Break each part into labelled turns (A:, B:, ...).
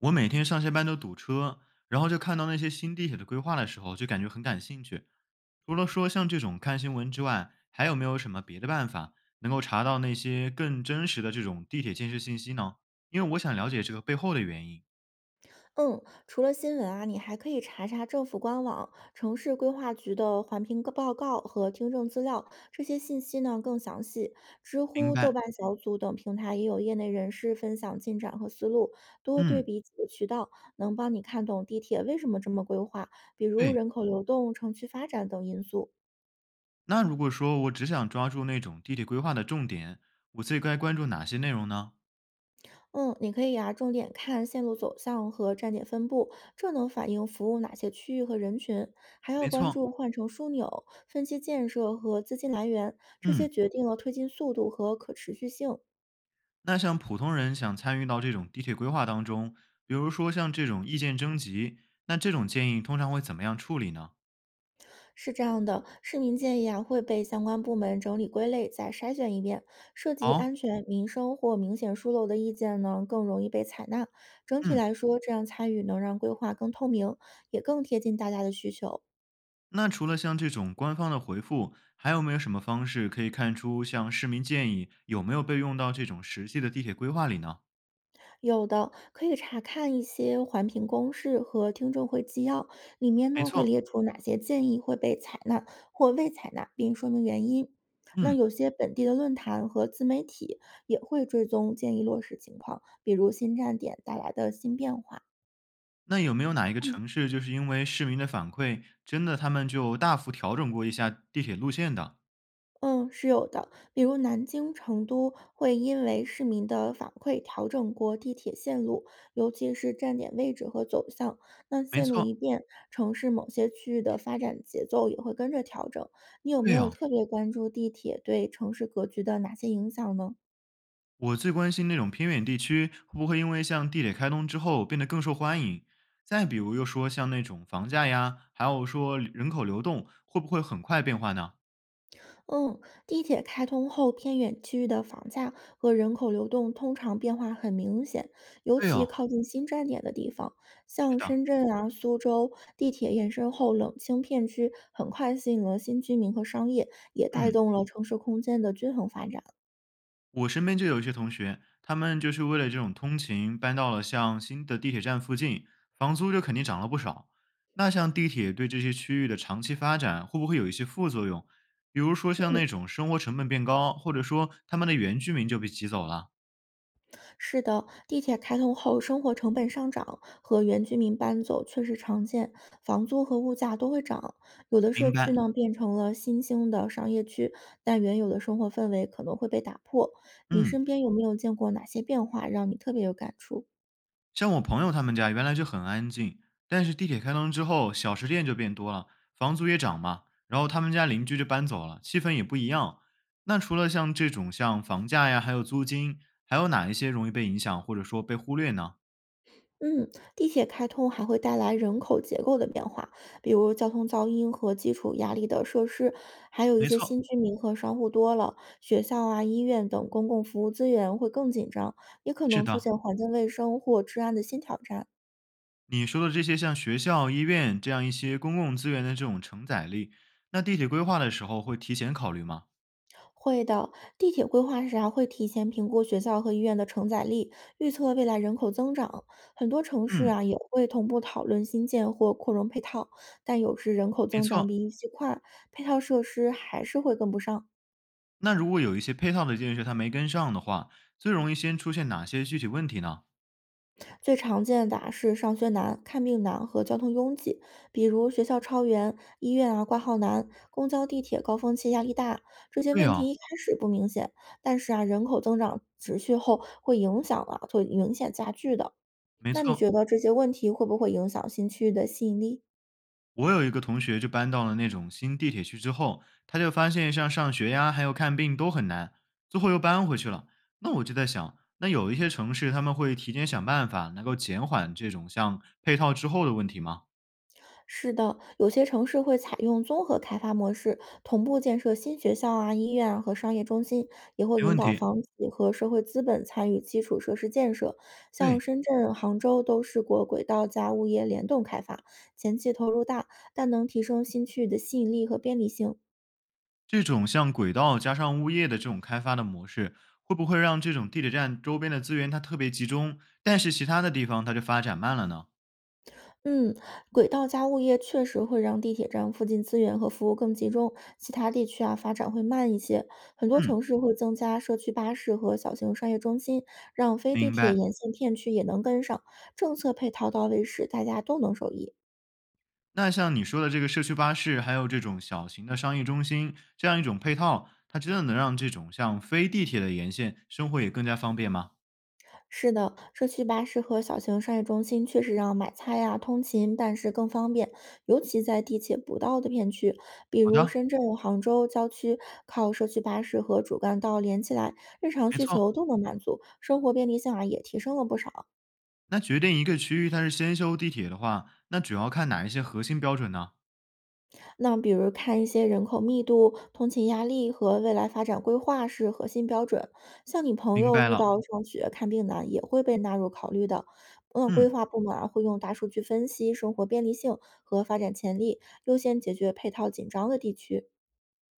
A: 我每天上下班都堵车，然后就看到那些新地铁的规划的时候，就感觉很感兴趣。除了说像这种看新闻之外，还有没有什么别的办法能够查到那些更真实的这种地铁建设信息呢？因为我想了解这个背后的原因。
B: 嗯，除了新闻啊，你还可以查查政府官网、城市规划局的环评个报告和听证资料，这些信息呢更详细。知
A: 明
B: 乎、豆
A: 白。
B: 瓣小组等平台也有业内人士分享进展和思路，多对
A: 嗯，
B: 比几个渠道，能帮你看懂地铁为什么这么规划，比如
A: 对。
B: 人口流动、城区发展等因素。
A: 那如果说我只想抓住那种地铁规划的重点，我最该关注哪些内容呢？
B: 嗯，你可以呀、重点看线路走向和站点分布，这能反映服务哪些区域和人群，还要
A: 没
B: 关
A: 错。
B: 注换乘枢纽、分期建设和资金来源，这些
A: 嗯。
B: 决定了推进速度和可持续性。
A: 那像普通人想参与到这种地铁规划当中，比如说像这种意见征集，那这种建议通常会怎么样处理呢？
B: 是这样的，市民建议啊会被相关部门整理归类，再筛选一遍，涉及
A: 好，
B: 安全、民生或明显疏漏的意见呢更容易被采纳。整体
A: 嗯，
B: 来说，这样参与能让规划更透明，也更贴近大家的需求。
A: 那除了像这种官方的回复，还有没有什么方式可以看出像市民建议有没有被用到这种实际的地铁规划里呢？
B: 有的可以查看一些环评公示和听证会纪要，里面
A: 没
B: 呢会
A: 错，
B: 列出哪些建议会被采纳或未采纳，并说明原因。那
A: 嗯，
B: 有些本地的论坛和自媒体也会追踪建议落实情况，比如新站点带来的新变化。
A: 那有没有哪一个城市就是因为市民的反馈，真的他们就大幅调整过一下地铁路线的？
B: 嗯，是有的。比如南京、成都会因为市民的反馈调整过地铁线路，尤其是站点位置和走向。那
A: 没
B: 线路
A: 错，
B: 一变，城市某些区域的发展节奏也会跟着调整。你有没
A: 对
B: 有
A: 哦。
B: 特别关注地铁对城市格局的哪些影响呢？
A: 我最关心那种偏远地区会不会因为像地铁开通之后变得更受欢迎。再比如又说像那种房价呀，还有说人口流动会不会很快变化呢？
B: 嗯，地铁开通后，偏远区域的房价和人口流动通常变化很明显，尤
A: 对
B: 其
A: 哦，
B: 靠近新站点的地方，
A: 是
B: 像
A: 的，
B: 深圳啊、苏州，地铁延伸后，冷清片区很快吸引了新居民和商业，也带
A: 嗯，
B: 动了城市空间的均衡发展。
A: 我身边就有一些同学，他们就是为了这种通勤搬到了像新的地铁站附近，房租就肯定涨了不少。那像地铁对这些区域的长期发展会不会有一些副作用？比如说像那种生活成本变高，或者说他们的原居民就被挤走了？
B: 是的，地铁开通后，生活成本上涨和原居民搬走确实常见，房租和物价都会涨。有的社
A: 明
B: 区
A: 白，
B: 呢变成了新兴的商业区，但原有的生活氛围可能会被打破。你
A: 嗯。
B: 身边有没有见过哪些变化让你特别有感触？
A: 像我朋友他们家原来就很安静，但是地铁开通之后，小吃店就变多了，房租也涨嘛，然后他们家邻居就搬走了，气氛也不一样。那除了像这种像房价呀，还有租金，还有哪一些容易被影响或者说被忽略呢？
B: 嗯，地铁开通还会带来人口结构的变化，比如交通噪音和基础压力的设施，还有一
A: 没
B: 些
A: 错，
B: 新居民和商户多了，学校啊、医院等公共服务资源会更紧张，也可
A: 是
B: 能出
A: 的，
B: 现环境卫生或治安的新挑战。
A: 你说的这些像学校、医院这样一些公共资源的这种承载力，那地铁规划的时候会提前考虑吗？
B: 会的，地铁规划时啊会提前评估学校和医院的承载力，预测未来人口增长。很多城市
A: 嗯，
B: 啊也会同步讨论新建或扩容配套，但有时人口
A: 没
B: 增长
A: 错。
B: 比预期快，配套设施还是会跟不上。
A: 那如果有一些配套的建设它没跟上的话，最容易先出现哪些具体问题呢？
B: 最常见的啊是上学难、看病难和交通拥挤，比如学校超员、医院啊挂号难、公交、地铁高峰期压力大。这些
A: 对
B: 问
A: 啊，
B: 题一开始不明显，但是啊人口增长持续后会影响啊，会明显加剧的。
A: 没
B: 那你
A: 错。
B: 觉得这些问题会不会影响新区域的吸引力？
A: 我有一个同学就搬到了那种新地铁区之后，他就发现像上学呀，还有看病都很难，最后又搬回去了。那我就在想，那有一些城市他们会提前想办法，能够减缓这种像配套之后的问题吗？
B: 是的，有些城市会采用综合开发模式，同步建设新学校啊、医院啊和商业中心，也会
A: 没
B: 引
A: 问
B: 导
A: 题。
B: 房企和社会资本参与基础设施建设。像
A: 对，
B: 深圳、杭州都是国轨道加物业联动开发，前期投入大，但能提升新区域的吸引力和便利性。
A: 这种像轨道加上物业的这种开发的模式，会不会让这种地铁站周边的资源它特别集中，但是其他的地方它就发展慢了呢？
B: 嗯，轨道加物业确实会让地铁站附近资源和服务更集中，其他地区啊发展会慢一些。很多
A: 嗯，
B: 城市会增加社区巴士和小型商业中心，让非地
A: 明
B: 铁
A: 白。
B: 沿线片区也能跟上。政策配套到位时，大家都能受益。
A: 那像你说的这个社区巴士，还有这种小型的商业中心，这样一种配套，它真的能让这种像非地铁的沿线生活也更加方便吗？
B: 是的，社区巴士和小型商业中心确实让买菜呀、通勤办事更方便，尤其在地铁不到的片区，比
A: 好
B: 如
A: 的，
B: 深圳、杭州郊区，靠社区巴士和主干道连起来，日常
A: 没
B: 需
A: 错。
B: 求都能满足，生活便利性啊也提升了不少。
A: 那决定一个区域它是先修地铁的话，那主要看哪一些核心标准呢？
B: 那比如看一些人口密度、通勤压力和未来发展规划是核心标准。像你朋
A: 明
B: 友
A: 白
B: 遇
A: 了。
B: 到上学看病难，也会被纳入考虑的。那规
A: 嗯，
B: 划部门啊会用大数据分析生活便利性和发展潜力，优先解决配套紧张的地区。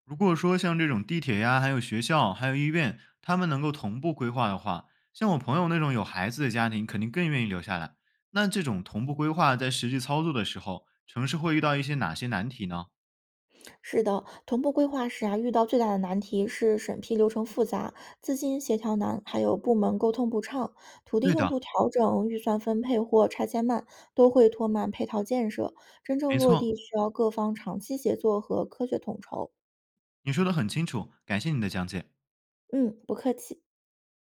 A: 如果说像这种地铁呀，还有学校，还有医院，他们能够同步规划的话，像我朋友那种有孩子的家庭，肯定更愿意留下来。那这种同步规划在实际操作的时候，城市会遇到一些哪些难题呢？
B: 是的，同步规划时啊，遇到最大的难题是审批流程复杂、资金协调难，还有部门沟通不畅、土地
A: 对
B: 用
A: 的，
B: 途调整、预算分配或拆迁慢，都会拖慢配套建设。真正
A: 没
B: 落地
A: 错，
B: 需要各方长期协作和科学统筹。
A: 你说的很清楚，感谢你的讲解。
B: 嗯，不客气。